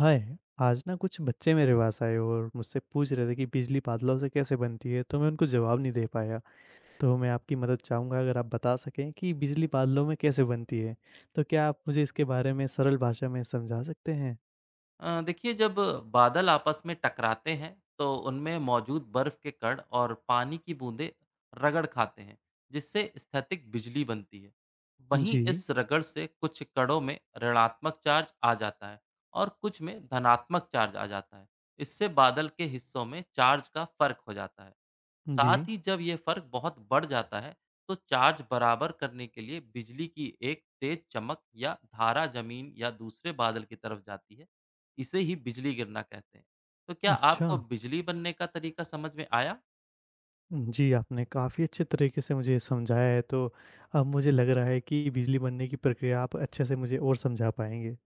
हाय। आज ना कुछ बच्चे मेरे पास आए और मुझसे पूछ रहे थे कि बिजली बादलों से कैसे बनती है, तो मैं उनको जवाब नहीं दे पाया। तो मैं आपकी मदद चाहूँगा, अगर आप बता सकें कि बिजली बादलों में कैसे बनती है। तो क्या आप मुझे इसके बारे में सरल भाषा में समझा सकते हैं? देखिए जब बादल आपस में टकराते हैं तो उनमें मौजूद बर्फ के कण और पानी की बूंदें रगड़ खाते हैं जिससे स्थैतिक बिजली बनती है। वहीं जी। इस रगड़ से कुछ कणों में ऋणात्मक चार्ज आ जाता है और कुछ में धनात्मक चार्ज आ जाता है। इससे बादल के हिस्सों में चार्ज का फर्क हो जाता है। जी। साथ ही जब ये फर्क बहुत बढ़ जाता है, तो चार्ज बराबर करने के लिए बिजली की एक तेज चमक या धारा जमीन या दूसरे बादल की तरफ जाती है। इसे ही बिजली गिरना कहते हैं। तो क्या अच्छा। आपको बिजली बनने का तरीका समझ में आया? जी, आपने काफ़ी अच्छे तरीके से मुझे समझाया है, तो अब मुझे लग रहा है कि बिजली बनने की प्रक्रिया आप अच्छे से मुझे और समझा पाएंगे।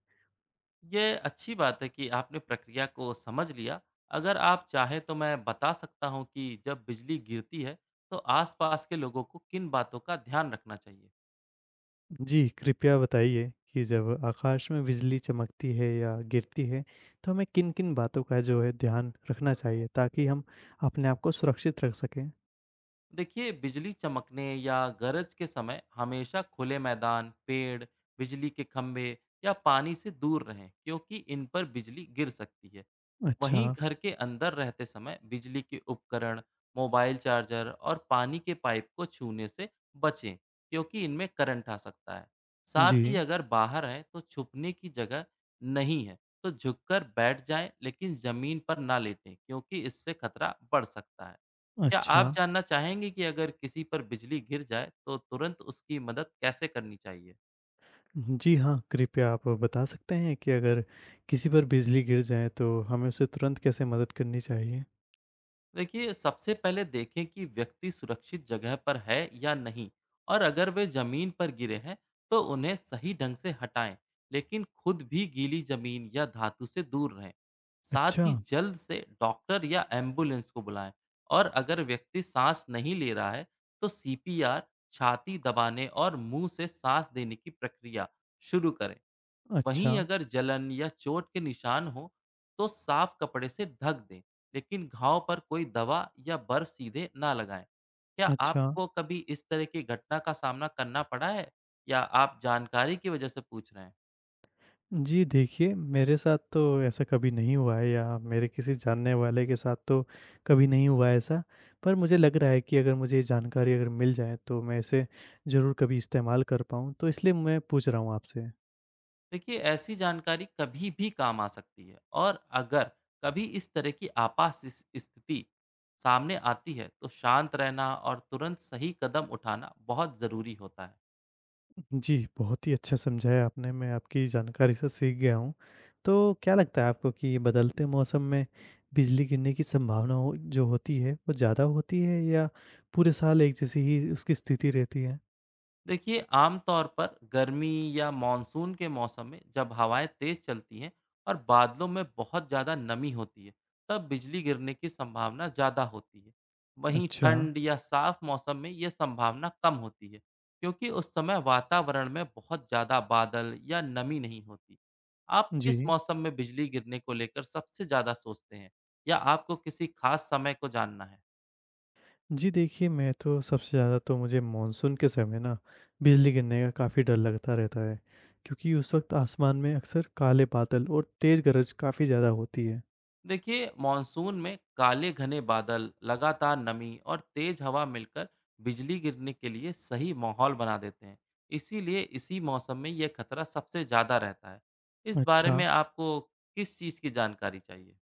ये अच्छी बात है कि आपने प्रक्रिया को समझ लिया। अगर आप चाहें तो मैं बता सकता हूँ कि जब बिजली गिरती है, तो आसपास के लोगों को किन बातों का ध्यान रखना चाहिए। जी, कृपया बताइए कि जब आकाश में बिजली चमकती है या गिरती है, तो हमें किन-किन बातों का जो है ध्यान रखना चाहिए ताकि हम अपने आप को सुरक्षित रख सकें? देखिए बिजली चमकने या गरज के समय हमेशा खुले मैदान, पेड़, बिजली के खंभे या पानी से दूर रहें, क्योंकि इन पर बिजली गिर सकती है। अच्छा। वहीं घर के अंदर रहते समय बिजली के उपकरण, मोबाइल चार्जर और पानी के पाइप को छूने से बचें, क्योंकि इनमें करंट आ सकता है। साथ ही जी। अगर बाहर हैं तो छुपने की जगह नहीं है तो झुककर बैठ जाएं, लेकिन जमीन पर ना लेटें, क्योंकि इससे खतरा बढ़ सकता है। क्या अच्छा। आप जानना चाहेंगे कि अगर किसी पर बिजली गिर जाए तो तुरंत उसकी मदद कैसे करनी चाहिए? जी हाँ, कृपया आप बता सकते हैं कि अगर किसी पर बिजली गिर जाए तो हमें उसे तुरंत कैसे मदद करनी चाहिए? देखिए, सबसे पहले देखें कि व्यक्ति सुरक्षित जगह पर है या नहीं, और अगर वे जमीन पर गिरे हैं तो उन्हें सही ढंग से हटाएं, लेकिन खुद भी गीली जमीन या धातु से दूर रहें। साथ अच्छा। ही जल्द से डॉक्टर या एम्बुलेंस को बुलाएं। और अगर व्यक्ति सांस नहीं ले रहा है तो सीपीआर, छाती दबाने और मुंह से सांस देने की प्रक्रिया शुरू करें। अच्छा। वहीं अगर जलन या चोट के निशान हो तो साफ कपड़े से ढक दें, लेकिन घाव पर कोई दवा या बर्फ सीधे ना लगाएं। क्या अच्छा। आपको कभी इस तरह की घटना का सामना करना पड़ा है, या आप जानकारी की वजह से पूछ रहे हैं? जी देखिए, मेरे साथ तो ऐसा कभी नहीं हुआ है या मेरे किसी जानने वाले के साथ तो कभी नहीं हुआ है ऐसा। पर मुझे लग रहा है कि अगर मुझे ये जानकारी अगर मिल जाए तो मैं इसे ज़रूर कभी इस्तेमाल कर पाऊँ, तो इसलिए मैं पूछ रहा हूँ आपसे। देखिए ऐसी जानकारी कभी भी काम आ सकती है। और अगर कभी इस तरह की स्थिति सामने आती है तो शांत रहना और तुरंत सही कदम उठाना बहुत ज़रूरी होता है। जी, बहुत ही अच्छा समझाया आपने, मैं आपकी जानकारी से सीख गया हूँ। तो क्या लगता है आपको कि ये बदलते मौसम में बिजली गिरने की संभावना हो जो होती है, वो ज़्यादा होती है या पूरे साल एक जैसी ही उसकी स्थिति रहती है? देखिए आमतौर पर गर्मी या मॉनसून के मौसम में जब हवाएं तेज चलती हैं और बादलों में बहुत ज़्यादा नमी होती है, तब बिजली गिरने की संभावना ज़्यादा होती है। वहीं अच्छा। ठंड या साफ मौसम में यह संभावना कम होती है, क्योंकि उस समय वातावरण में बहुत ज़्यादा बादल या नमी नहीं होती। आप किस जी। मौसम में बिजली गिरने को लेकर सबसे ज़्यादा सोचते हैं, या आपको किसी खास समय को जानना है? जी देखिए, मैं तो सबसे ज़्यादा तो मुझे मानसून के समय ना बिजली गिरने का काफ़ी डर लगता रहता है, क्योंकि उस वक़्त आसमान में अक्सर काले बादल और तेज़ गरज काफ़ी ज़्यादा होती है। देखिए मॉनसून में काले घने बादल, लगातार नमी और तेज हवा मिलकर बिजली गिरने के लिए सही माहौल बना देते हैं। इसीलिए इसी मौसम में यह खतरा सबसे ज़्यादा रहता है। इस बारे अच्छा। में आपको किस चीज़ की जानकारी चाहिए?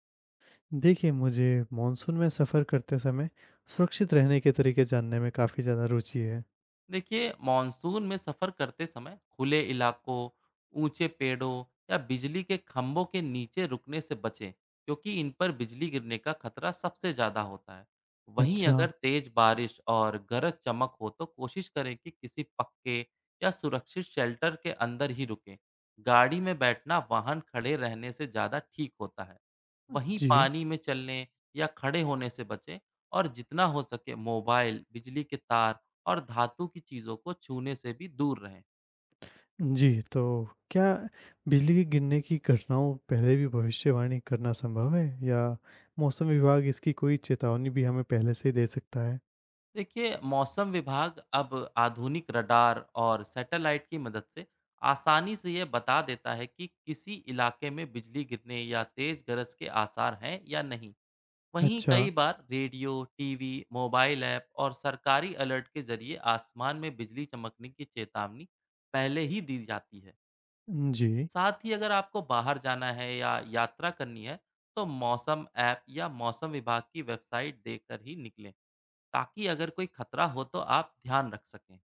देखिए मुझे मानसून में सफ़र करते समय सुरक्षित रहने के तरीके जानने में काफ़ी ज़्यादा रुचि है। देखिए मॉनसून में सफ़र करते समय खुले इलाकों, ऊंचे पेड़ों या बिजली के खंभों के नीचे रुकने से बचें, क्योंकि इन पर बिजली गिरने का खतरा सबसे ज़्यादा होता है। वहीं अच्छा। अगर तेज़ बारिश और गरज चमक हो तो कोशिश करें कि किसी पक्के या सुरक्षित शेल्टर के अंदर ही रुकें। गाड़ी में बैठना वाहन खड़े रहने से ज़्यादा ठीक होता है। वहीं जी। पानी में चलने या खड़े होने से बचें, और जितना हो सके मोबाइल, बिजली के तार और धातु की चीज़ों को छूने से भी दूर रहें। जी, तो क्या बिजली के गिरने की घटनाओं पहले भी भविष्यवाणी करना संभव है या मौसम विभाग इसकी कोई चेतावनी भी हमें पहले से ही दे सकता है? देखिए, मौसम विभाग अब आधुनिक रडार और सैटेलाइट की मदद से आसानी से ये बता देता है कि किसी इलाके में बिजली गिरने या तेज गरज के आसार हैं या नहीं। वहीं अच्छा। कई बार रेडियो, टीवी, मोबाइल ऐप और सरकारी अलर्ट के जरिए आसमान में बिजली चमकने की चेतावनी पहले ही दी जाती है। जी। साथ ही अगर आपको बाहर जाना है या यात्रा करनी है, तो मौसम ऐप या मौसम विभाग की वेबसाइट देखकर ही निकलें, ताकि अगर कोई खतरा हो तो आप ध्यान रख सकें।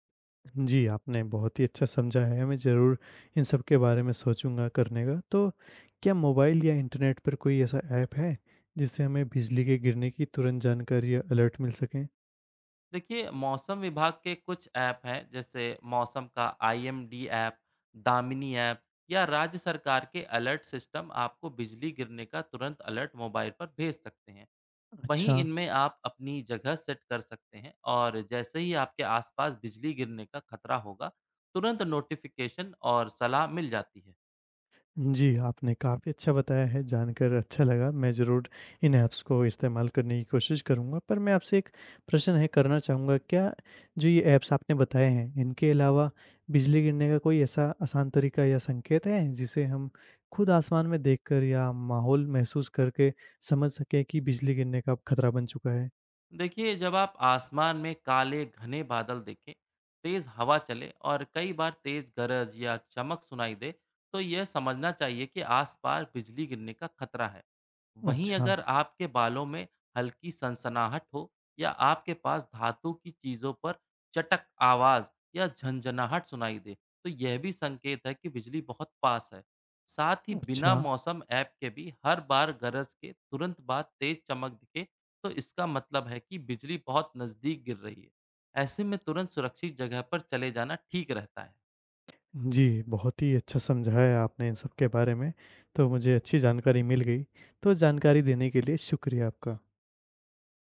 जी, आपने बहुत ही अच्छा समझा है, मैं ज़रूर इन सब के बारे में सोचूँगा करने का। तो क्या मोबाइल या इंटरनेट पर कोई ऐसा ऐप है, जिससे हमें बिजली के गिरने की तुरंत जानकारी या अलर्ट मिल सकें? देखिए, मौसम विभाग के कुछ ऐप हैं, जैसे मौसम का आईएमडी ऐप, दामिनी ऐप या राज्य सरकार के अलर्ट सिस्टम आपको बिजली गिरने का तुरंत अलर्ट मोबाइल पर भेज सकते हैं। वहीं अच्छा। इनमें आप अपनी जगह सेट कर सकते हैं, और जैसे ही आपके आसपास बिजली गिरने का खतरा होगा, तुरंत नोटिफिकेशन और सलाह मिल जाती है। जी, आपने काफ़ी अच्छा बताया है, जानकर अच्छा लगा। मैं ज़रूर इन ऐप्स को इस्तेमाल करने की कोशिश करूँगा। पर मैं आपसे एक प्रश्न है करना चाहूँगा, क्या जो ये ऐप्स आपने बताए हैं, इनके अलावा बिजली गिरने का कोई ऐसा आसान तरीका या संकेत है, जिसे हम खुद आसमान में देखकर या माहौल महसूस करके समझ सकें कि बिजली गिरने का अब खतरा बन चुका है? देखिए, जब आप आसमान में काले घने बादल देखें, तेज हवा चले और कई बार तेज गरज या चमक सुनाई दे, तो यह समझना चाहिए कि आसपास बिजली गिरने का खतरा है। वहीं अच्छा। अगर आपके बालों में हल्की सनसनाहट हो या आपके पास धातु की चीज़ों पर चटक आवाज़ या झंझनाहट सुनाई दे, तो यह भी संकेत है कि बिजली बहुत पास है। साथ ही बिना अच्छा। मौसम ऐप के भी हर बार गरज के तुरंत बाद तेज चमक दिखे, तो इसका मतलब है कि बिजली बहुत नज़दीक गिर रही है। ऐसे में तुरंत सुरक्षित जगह पर चले जाना ठीक रहता है। जी, बहुत ही अच्छा समझाया आपने इन सब के बारे में, तो मुझे अच्छी जानकारी मिल गई। तो जानकारी देने के लिए शुक्रिया आपका।